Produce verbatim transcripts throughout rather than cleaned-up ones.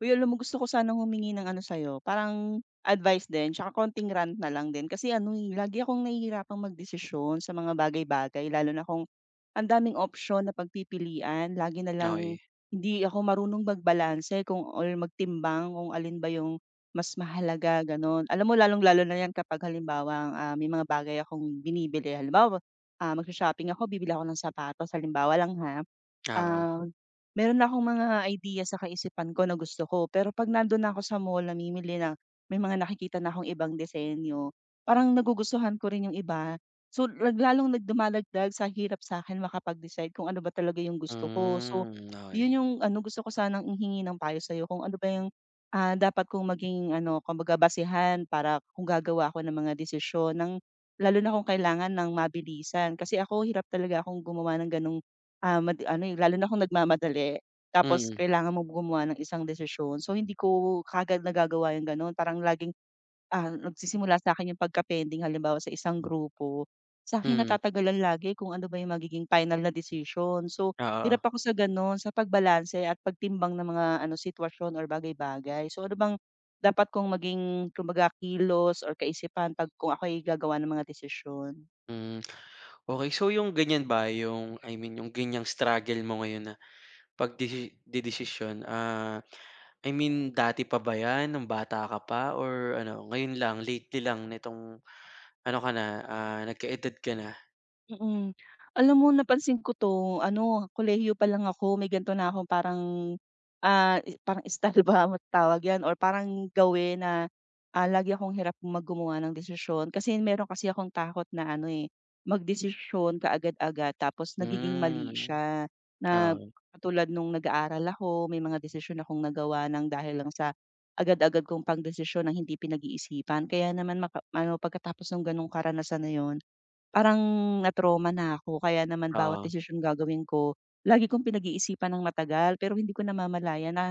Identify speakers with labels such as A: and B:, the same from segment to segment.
A: Uy, alam mo gusto ko sanang humingi ng ano sa'yo, parang advice din tsaka konting rant na lang din kasi ano, eh, lagi akong nahihirapang magdesisyon sa mga bagay-bagay lalo na kung ang daming option na pagpipilian. Lagi na lang
B: Okey,
A: hindi ako marunong magbalanse kung or magtimbang kung alin ba yung mas mahalaga, gano'n. Alam mo lalong-lalo na 'yan kapag halimbawang, ah, may mga bagay akong binibili. Halimbawa, ah, magsho-shopping ako, bibili ako ng sapatos halimbawa lang ha.
B: oo.
A: Ah, Meron akong mga ideya sa kaisipan ko na gusto ko, pero 'pag nando'n na ako sa mall namimili ng may mga nakikita na akong ibang disenyo, parang nagugustuhan ko rin yung iba. So, nag lalong nag dumadagdag sa hirap sa'kin makapag-decide kung ano ba talaga yung gusto ko. So,
B: Hmm,
A: yun
B: okey.
A: yung ano, gusto ko sanang humingi ng payo sa'yo kung ano ba yung, ah, dapat kong maging ano, kumbaga basehan para kung gagawa ako ng mga desisyon ng lalo na kung kailangan ng mabilisan. Kasi ako hirap talaga akong gumawa ng gano'ng Ah, mad ano, eh, lalo na kung nagmamadali tapos
B: Mm,
A: kailangan mong gumawa ng isang desisyon. So, hindi ko kaagad nagagawa yung gano'n parang laging, ah, nagsisimula sa'kin yung pagka-pending halimbawa sa isang grupo, sa'kin
B: mm,
A: natatagalan lagi kung ano ba yung magiging final na desisyon. So,
B: oo,
A: hirap ako sa gano'n, sa pagbalanse at pagtimbang ng mga ano, sitwasyon or bagay-bagay. So, ano bang dapat kong maging kumbaga kilos or kaisipan 'pag kung ako'y gagawa ng mga desisyon?
B: hmm. Okey, so yung ganyan ba yung, I mean, yung ganyang struggle mo ngayon na pagdesi dedesisyon, ah, I mean dati pa ba yan nung bata ka pa or ano ngayon lang lately lang nitong ano ka na, ah, nagkaedad ka na?
A: Mm. Alam mo napansin ko 'to ano, kolehiyo pa lang ako may ganito na akong parang, ah, i- parang style ba matawag 'yan or parang gawin na, ah, lagi akong hirap maggumawa ng desisyon. Kasi meron kasi akong takot na ano, eh, magdesisyon kaagad-agad tapos nagiging mali
B: Hmm,
A: siya. Na
B: oo,
A: katulad nung nag-aaral ako may mga desisyon akong nagawa ng dahil lang sa agad-agad kong pangdesisyon ng hindi pinag-iisipan. Kaya naman maka ano, pagkatapos ng gano'ng karanasan na 'yun parang na-trauma na ako kaya naman bawat
B: oo,
A: desisyon gagawin ko, lagi kong pinag-iisipan ng matagal pero hindi ko namamalayan na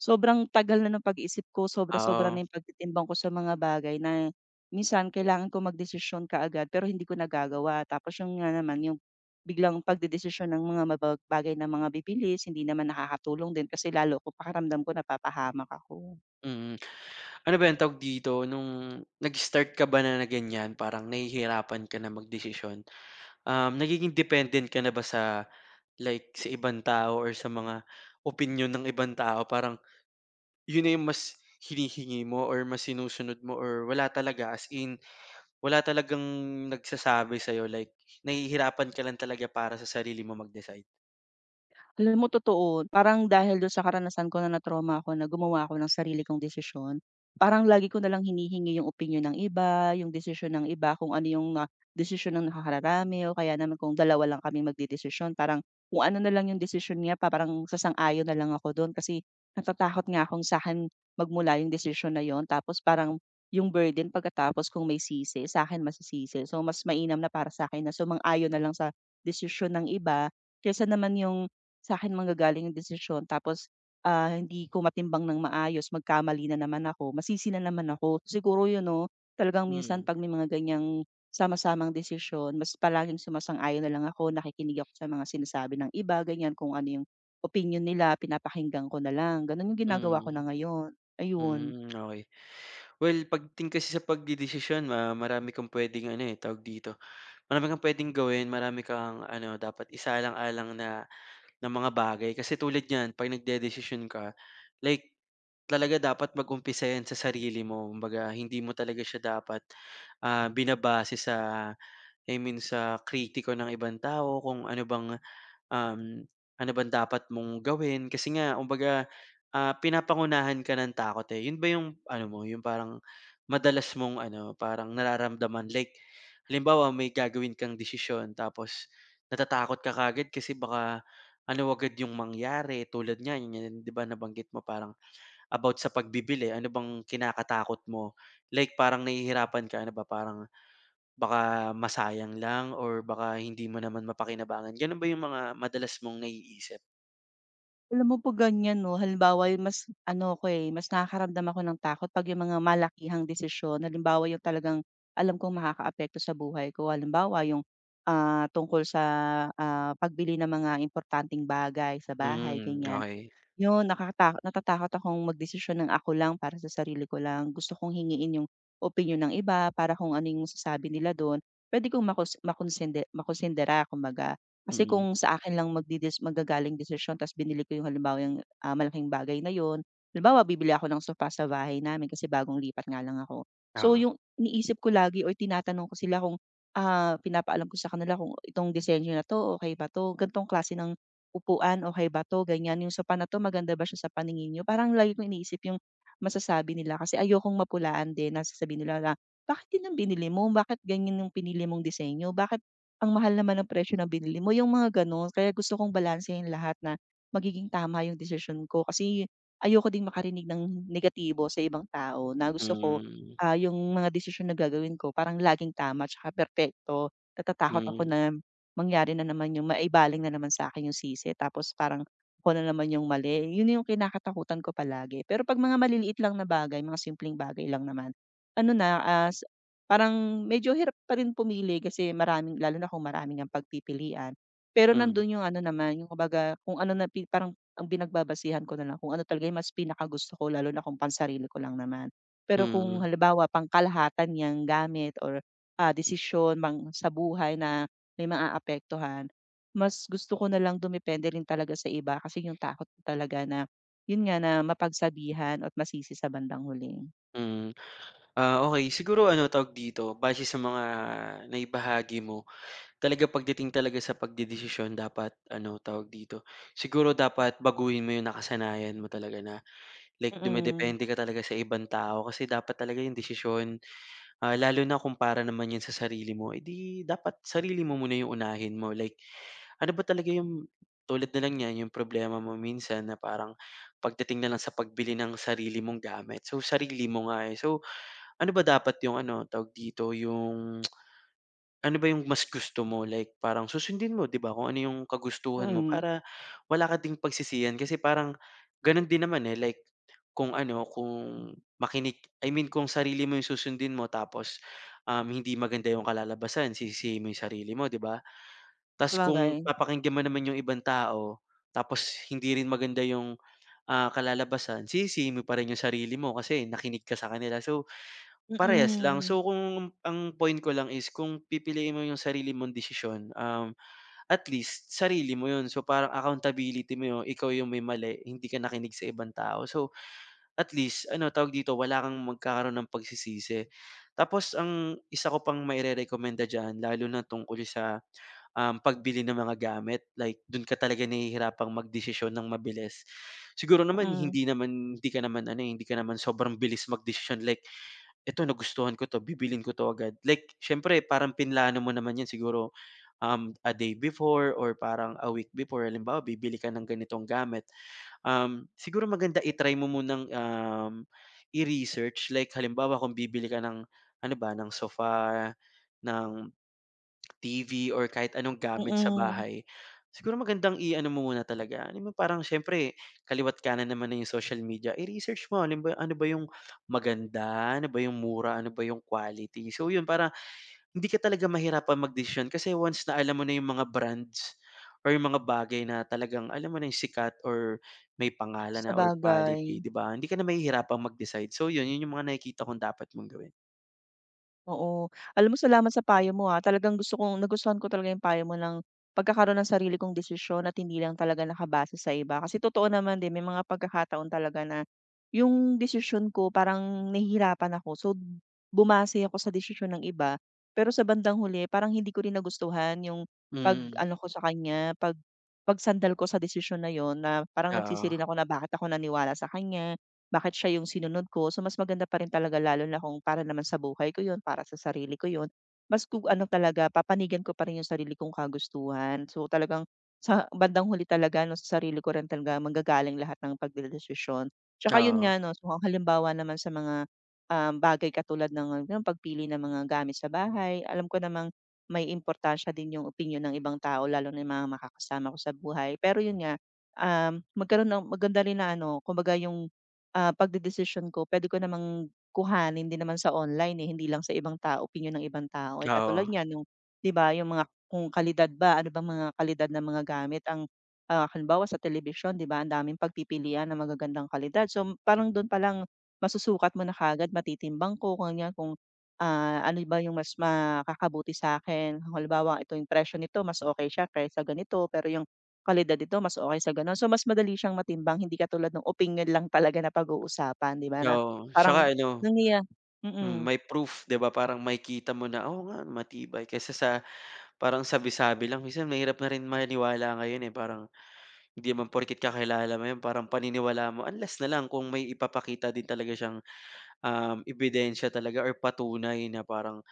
A: sobrang tagal na ng pag-iisip ko, sobra-sobra
B: oo,
A: na yung pagtitimbang ko sa mga bagay na minsan kailangan ko magdesisyon kaagad pero hindi ko nagagawa. Tapos yun nga naman yung biglang pagdedesisyon ng mga maba bagay na mga bibilis, hindi naman nakakatulong din kasi lalo ko pakiramdam ko napapahamak ako.
B: mm. Ano ba yan tawag dito nung nag-start ka ba na na ganyan parang nahihirapan ka na magdesisyon? Um, nagiging dependent ka na ba sa, like, sa ibang tao or sa mga opinyon ng ibang tao? Parang yun na yung mas hinihingi mo or mas sinusunod mo or wala talaga, as in, wala talagang nagsasabi sa'yo, like, nahihirapan ka lang talaga para sa sarili mo mag-decide?
A: Alam mo totoo, parang dahil dun sa karanasan ko na na-trauma ako na gumawa ako ng sarili kong desisyon, parang lagi ko nalang hinihingi yung opinyon ng iba, yung desisyon ng iba kung ano yung na desisyon ng nakakararami o kaya naman kung dalawa lang kaming magdedesisyon parang kung ano na lang yung desisyon niya pa parang sasang-ayon na lang ako dun kasi natatakot nga akong sa'kin magmula yung desisyon na yon tapos parang yung burden pagkatapos kung may sisi, sa'kin masisisi. So mas mainam na para sa sa'kin na sumang-ayon na lang sa desisyon ng iba kaysa naman yung sa'kin manggagaling yung desisyon tapos, ah, hindi ko matimbang ng maayos, magkamali na naman ako, masisi na naman ako. Siguro yun 'no, talagang minsan
B: Hmm,
A: 'pag may mga ganiyang sama-samang desisyon mas palaging sumasang-ayon na lang ako, nakikinig ako sa mga sinasabi ng iba ganiyan, kung ano yung opinyon nila pinapakinggan ko na lang, gano'n yung ginagawa
B: hmm,
A: ko na ngayon, ayun.
B: hmm, okey. Well, pagdating kasi sa pagdedesisyon, ah, marami kang puwedeng ano, eh, tawag dito, marami kang puwedeng gawin, marami kang ano dapat isaalang-alang na ng mga bagay. Kasi tulad niyan 'pag decision ka, like talaga dapat mag-umpisa 'yan sa sarili mo. Kumbaga hindi mo talaga siya dapat, ah, binabase sa, I mean, sa kritiko ng ibang tao kung ano bang um, ano bang dapat mong gawin kasi nga kumbaga, ah, pinapangunahan ka ng takot, eh. Yun ba yung ano mo, yung parang madalas mong ano, parang nararamdaman, like halimbawa may gagawin kang desisyon tapos natatakot ka kagad kasi baka ano agad yung mangyari tulad niya, yun yun 'di ba nabanggit mo parang about sa pagbibili, ano bang kinakatakot mo? Like parang nahihirapan ka, ano ba parang baka masayang lang or baka hindi mo naman mapakinabangan, gano'n ba yung mga madalas mong naiisip?
A: Alam mo 'pag ganyan 'no, halimbawa yung mas ano ako, eh, mas nakakaramdam ako ng takot 'pag yung mga malakihang desisyon. Halimbawa yung talagang alam kong makakaapekto sa buhay ko. Halimbawa yung, ah, tungkol sa, ah, pagbili ng mga importanteng bagay sa bahay,
B: Hmm,
A: ganyan.
B: okey.
A: Yun, nakakata natatakot akong magdesisyon ng ako lang para sa sarili ko lang. Gusto kong hingiin yung opinyon ng iba para kung ano yung sasabi nila dun, pwede kong makos makonsinde makonsidera kumbaga. Kasi
B: Mm,
A: kung sa akin lang magdedis manggagaling desisyon ta's binili ko yung halimbawa yung, ah, malaking bagay na yun. Halimbawa, bibili ako ng sofa sa bahay namin kasi bagong lipat nga lang ako. So,
B: oo.
A: yung iniisip ko lagi or tinatanong ko sila kung, ah, pinapaalam ko sa kanila kung itong disenyo na 'to, okay ba 'to, gan'tong klase ng upuan, okey ba 'to, ganyan, yung sopa na 'to maganda ba siya sa paningin niyo? Parang lagi kong iniisip yung masasabi nila kasi ayokong mapulaan din na sasabihin nila na, "Bakit yun ang binili mo? Bakit ganyan yung pinili mong disenyo? Bakit ang mahal naman ng presyo ng binili mo?" Yung mga gano'n. Kaya gusto kong balansehin lahat na magiging tama yung desisyon ko kasi ayoko ding makarinig ng negatibo sa ibang tao na gusto ko,
B: Hmm,
A: ah, yung mga decision na gagawin ko parang laging tama tsaka perpekto. Natatakot ako
B: hmm,
A: na mangyari na naman yung maibaling na naman sa akin yung sisi tapos parang ako na naman yung mali, yun yung kinakatakutan ko palagi. Pero 'pag mga maliliit lang na bagay, mga simpleng bagay lang naman, ano na, as, parang medyo hirap pa rin pumili kasi maraming lalo na kung maraming ngang pagpipilian. Pero
B: hmm,
A: nandun yung ano naman, yung kumbaga kung ano na pi parang ang binagbabasihan ko na lang kung ano talaga yung mas pinakagusto ko lalo na kung pansarili ko lang naman. Pero kung
B: mm,
A: halimbawa pangkalahatan niyang gamit or, ah, desisyon mang sa buhay na may maaapektuhan, mas gusto ko na lang dumepende rin talaga sa iba kasi yung takot ko talaga na, yun nga, na mapagsabihan at masisi sa bandang huli.
B: mm. Ah, okey siguro ano, tawag dito, base sa mga naibahagi mo, talaga pagdating talaga sa pagdedesisyon dapat ano, tawag dito, siguro dapat baguhin mo yung nakasanayan mo talaga na, like
A: Mm,
B: dumedepende ka talaga sa ibang tao kasi dapat talaga yung desisyon. Ah, lalo na kung para naman 'yun sa sarili mo, edi dapat sarili mo muna 'yung unahin mo. Like, ano ba talaga 'yung tulad na lang niyan 'yung problema mo minsan na parang pagdating na lang sa pagbili ng sarili mong gamit. So, sarili mo nga, eh. So, ano ba dapat 'yung ano, tawag dito, 'yung ano ba yung mas gusto mo? Like parang susundin mo 'di ba kung ano yung kagustuhan mo
A: mm.
B: para wala ka ding pagsisihan kasi parang gano'n din naman, eh, like kung ano, kung makinig, I mean kung sarili mo yung susundin mo tapos, um, hindi maganda yung kalalabasan sisisihin mo yung sarili mo 'di ba? Tapos kung
A: Sabagay,
B: papakinggan mo naman yung ibang tao tapos hindi rin maganda yung, ah, kalalabasan sisisihin mo pa rin yung sarili mo kasi nakinig ka sa kanila. So parehas lang.
A: mm,
B: So, kung ang point ko lang is kung pipiliin mo yung sarili mong desisyon, um, at least sarili mo yun. So, parang accountability mo yun, ikaw yung may mali, hindi ka nakinig sa ibang tao. So, at least ano tawag dito, wala kang magkakaroon ng pagsisisi. Tapos ang isa ko pang mairerekomenda dyan lalo na tungkol sa, um, pagbili ng mga gamit, like dun ka talaga nahihirapang magdesisyon ng mabilis. Siguro naman
A: mm,
B: hindi naman hindi ka naman ano, eh, hindi ka naman sobrang bilis magdesisyon like ito nagustuhan ko 'to, bibilin ko 'to agad. Like siyempre parang pinlano mo naman 'yan siguro, um, a day before or parang a week before. Halimbawa bibili ka ng ganitong gamit. Um, siguro maganda i-try mo munang, um, i-research, like halimbawa kung bibili ka ng ano ba, ng sofa, ng T V or kahit anong gamit sa
A: mm.
B: bahay, siguro magandang i-ano mo muna talaga, alam mo parang siyempre kaliwa't kanan naman na yung social media, i-research mo alam ba ano ba yung maganda, ano ba yung mura, ano ba yung quality. So yun, para hindi ka talaga mahirapan magdesisyon kasi once na alam mo na yung mga brands or yung mga bagay na talagang alam mo na yung sikat or may pangalan na or quality,
A: Sabagay.
B: 'di ba? Hindi ka na mahihirapang mag-decide. So yun, yun yung mga nakikita kong dapat mong gawin.
A: Oo. Alam mo salamat sa payo mo, ah, talagang gusto kong nagustuhan ko talaga yung payo mo ng pagkakaroon ng sarili kong desisyon at hindi lang talaga nakabase sa iba. Kasi totoo naman din, may mga pagkakataon talaga na yung desisyon ko parang nahihirapan ako. So, bumase ako sa desisyon ng iba. Pero sa bandang huli, parang hindi ko rin nagustuhan yung
B: Mm,
A: pag-ano ko sa kanya, pag pagsandal ko sa desisyon na yon na parang nagsisi
B: oo,
A: ako na bakit ako naniwala sa kanya, bakit siya yung sinunod ko? So, mas maganda pa rin talaga lalo na kung para naman sa buhay ko yun, para sa sarili ko yun. Mas kung ano talaga, papanigan ko pa rin yung sarili kong kagustuhan. So, talagang sa bandang huli talaga, no, sa sarili ko rin talaga manggagaling lahat ng pagdedesisyon. Tsaka yun
B: oo,
A: nga, no, so, kung halimbawa naman sa mga um, bagay katulad ng, ng pagpili ng mga gamit sa bahay, alam ko namang may importansya din yung opinion ng ibang tao, lalo na yung mga makakasama ko sa buhay. Pero yun nga, um, magkaroon ng maganda rin na ano, kumbaga yung ah, pagdedesisyon ko pwede ko namang kuhanin din naman sa online, eh, hindi lang sa ibang tao opinyon ng ibang tao, eh, katulad
B: oo.
A: niyan yung, 'di ba yung mga kung kalidad ba, ano bang mga kalidad ng mga gamit ang, ah, halimbawa sa telebisyon 'di ba ang daming pagpipilian ng magagandang kalidad. So, m- parang dun palang masusukat mo na kagad matitimbang ko kung ganyan kung, ah, ano ba yung mas makakabuti sa'kin. Kung halimbawa ito yung presyo nito mas okay siya kaysa ganito pero yung kalidad ito mas okay sa gano'n. So, mas madali siyang matimbang hindi katulad ng opinyon lang talaga na pag-uusapan, 'di ba, na
B: Oo,
A: parang
B: tsaka ano,
A: nangyaya
B: hmm,
A: mm.
B: may proof 'di ba, parang makikita mo na, oo nga matibay kaysa sa parang sabi-sabi lang. Minsan mahirap na rin maniwala ngayon, eh, parang hindi naman porket kakilala mo 'yan parang paniniwalaan mo unless na lang kung may ipapakita din talaga siyang, um, ebidensya talaga or patunay na parang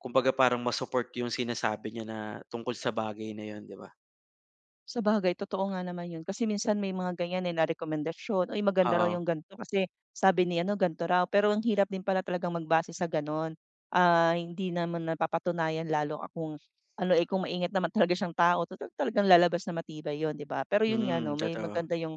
B: kumbaga parang ma-support yung sinasabi niya na tungkol sa bagay na 'yun 'di ba?
A: Sabagay, totoo nga naman yun. Kasi minsan may mga ganyan, eh, na rekomendasyon, "Uy, maganda raw
B: Oo,
A: yung ganito kasi sabi ni ano, ganito raw." Pero ang hirap din pala talagang magbase sa gano'n. Ah, hindi naman napapatunayan lalo akong ano, eh, kung maingat naman talaga siyang tao total talagang lalabas na matibay yon 'di ba? Pero yun nga
B: mm,
A: 'no, may
B: totoo.
A: maganda yung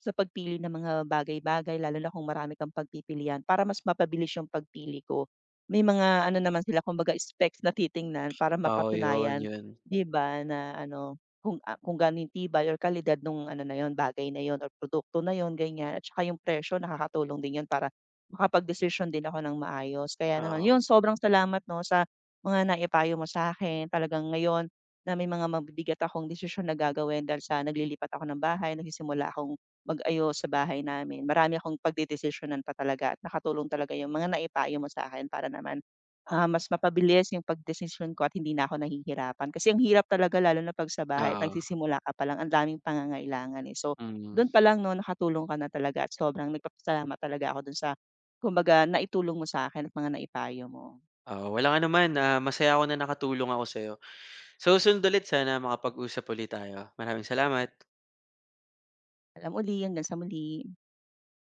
A: sa pagpili ng mga bagay-bagay lalo na kung marami kang pagpipilian para mas mapabilis yung pagpili ko. May mga ano naman sila kumbaga specs na titingnan para
B: Oo, 'yun
A: mapatunayan,
B: 'yun,
A: 'di ba, na ano kung, ah, kung gaano yung tibay or kalidad nung ano na yun, bagay na yun or produkto na yun, ganyan. At saka yung presyo nakakatulong din yun para makapagdesisyon din ako ng maayos. Kaya naman yun,
B: oo,
A: sobrang salamat 'no, sa mga naipayo mo sa akin Talagang ngayon na may mga mabibigat akong desisyon na gagawin dahil sa naglilipat ako ng bahay, nagsisimula akong mag-ayos sa bahay namin. Marami akong pagdedesisyonan pa talaga at nakatulong talaga yung mga naipayo mo sa akin para naman Ah, mas mapabilis yung pagdesisyon ko at hindi na ako nahihirapan. Kasi ang hirap talaga lalo na 'pag sa bahay at
B: oo,
A: nagsisimula ka pa lang, ang daming pangangailangan, eh. So,
B: mm.
A: dun pa lang 'no, nakatulong ka na talaga at sobrang nagpapasalamat talaga ako dun sa kumbaga naitulong mo sa akin at mga naipayo mo.
B: Oo, walang anuman, ah, masaya ako na nakatulong ako sa'yo. So, susunod ulit sana makapag-usap ulit tayo. Maraming salamat.
A: Paalam uli, hanggang sa muli.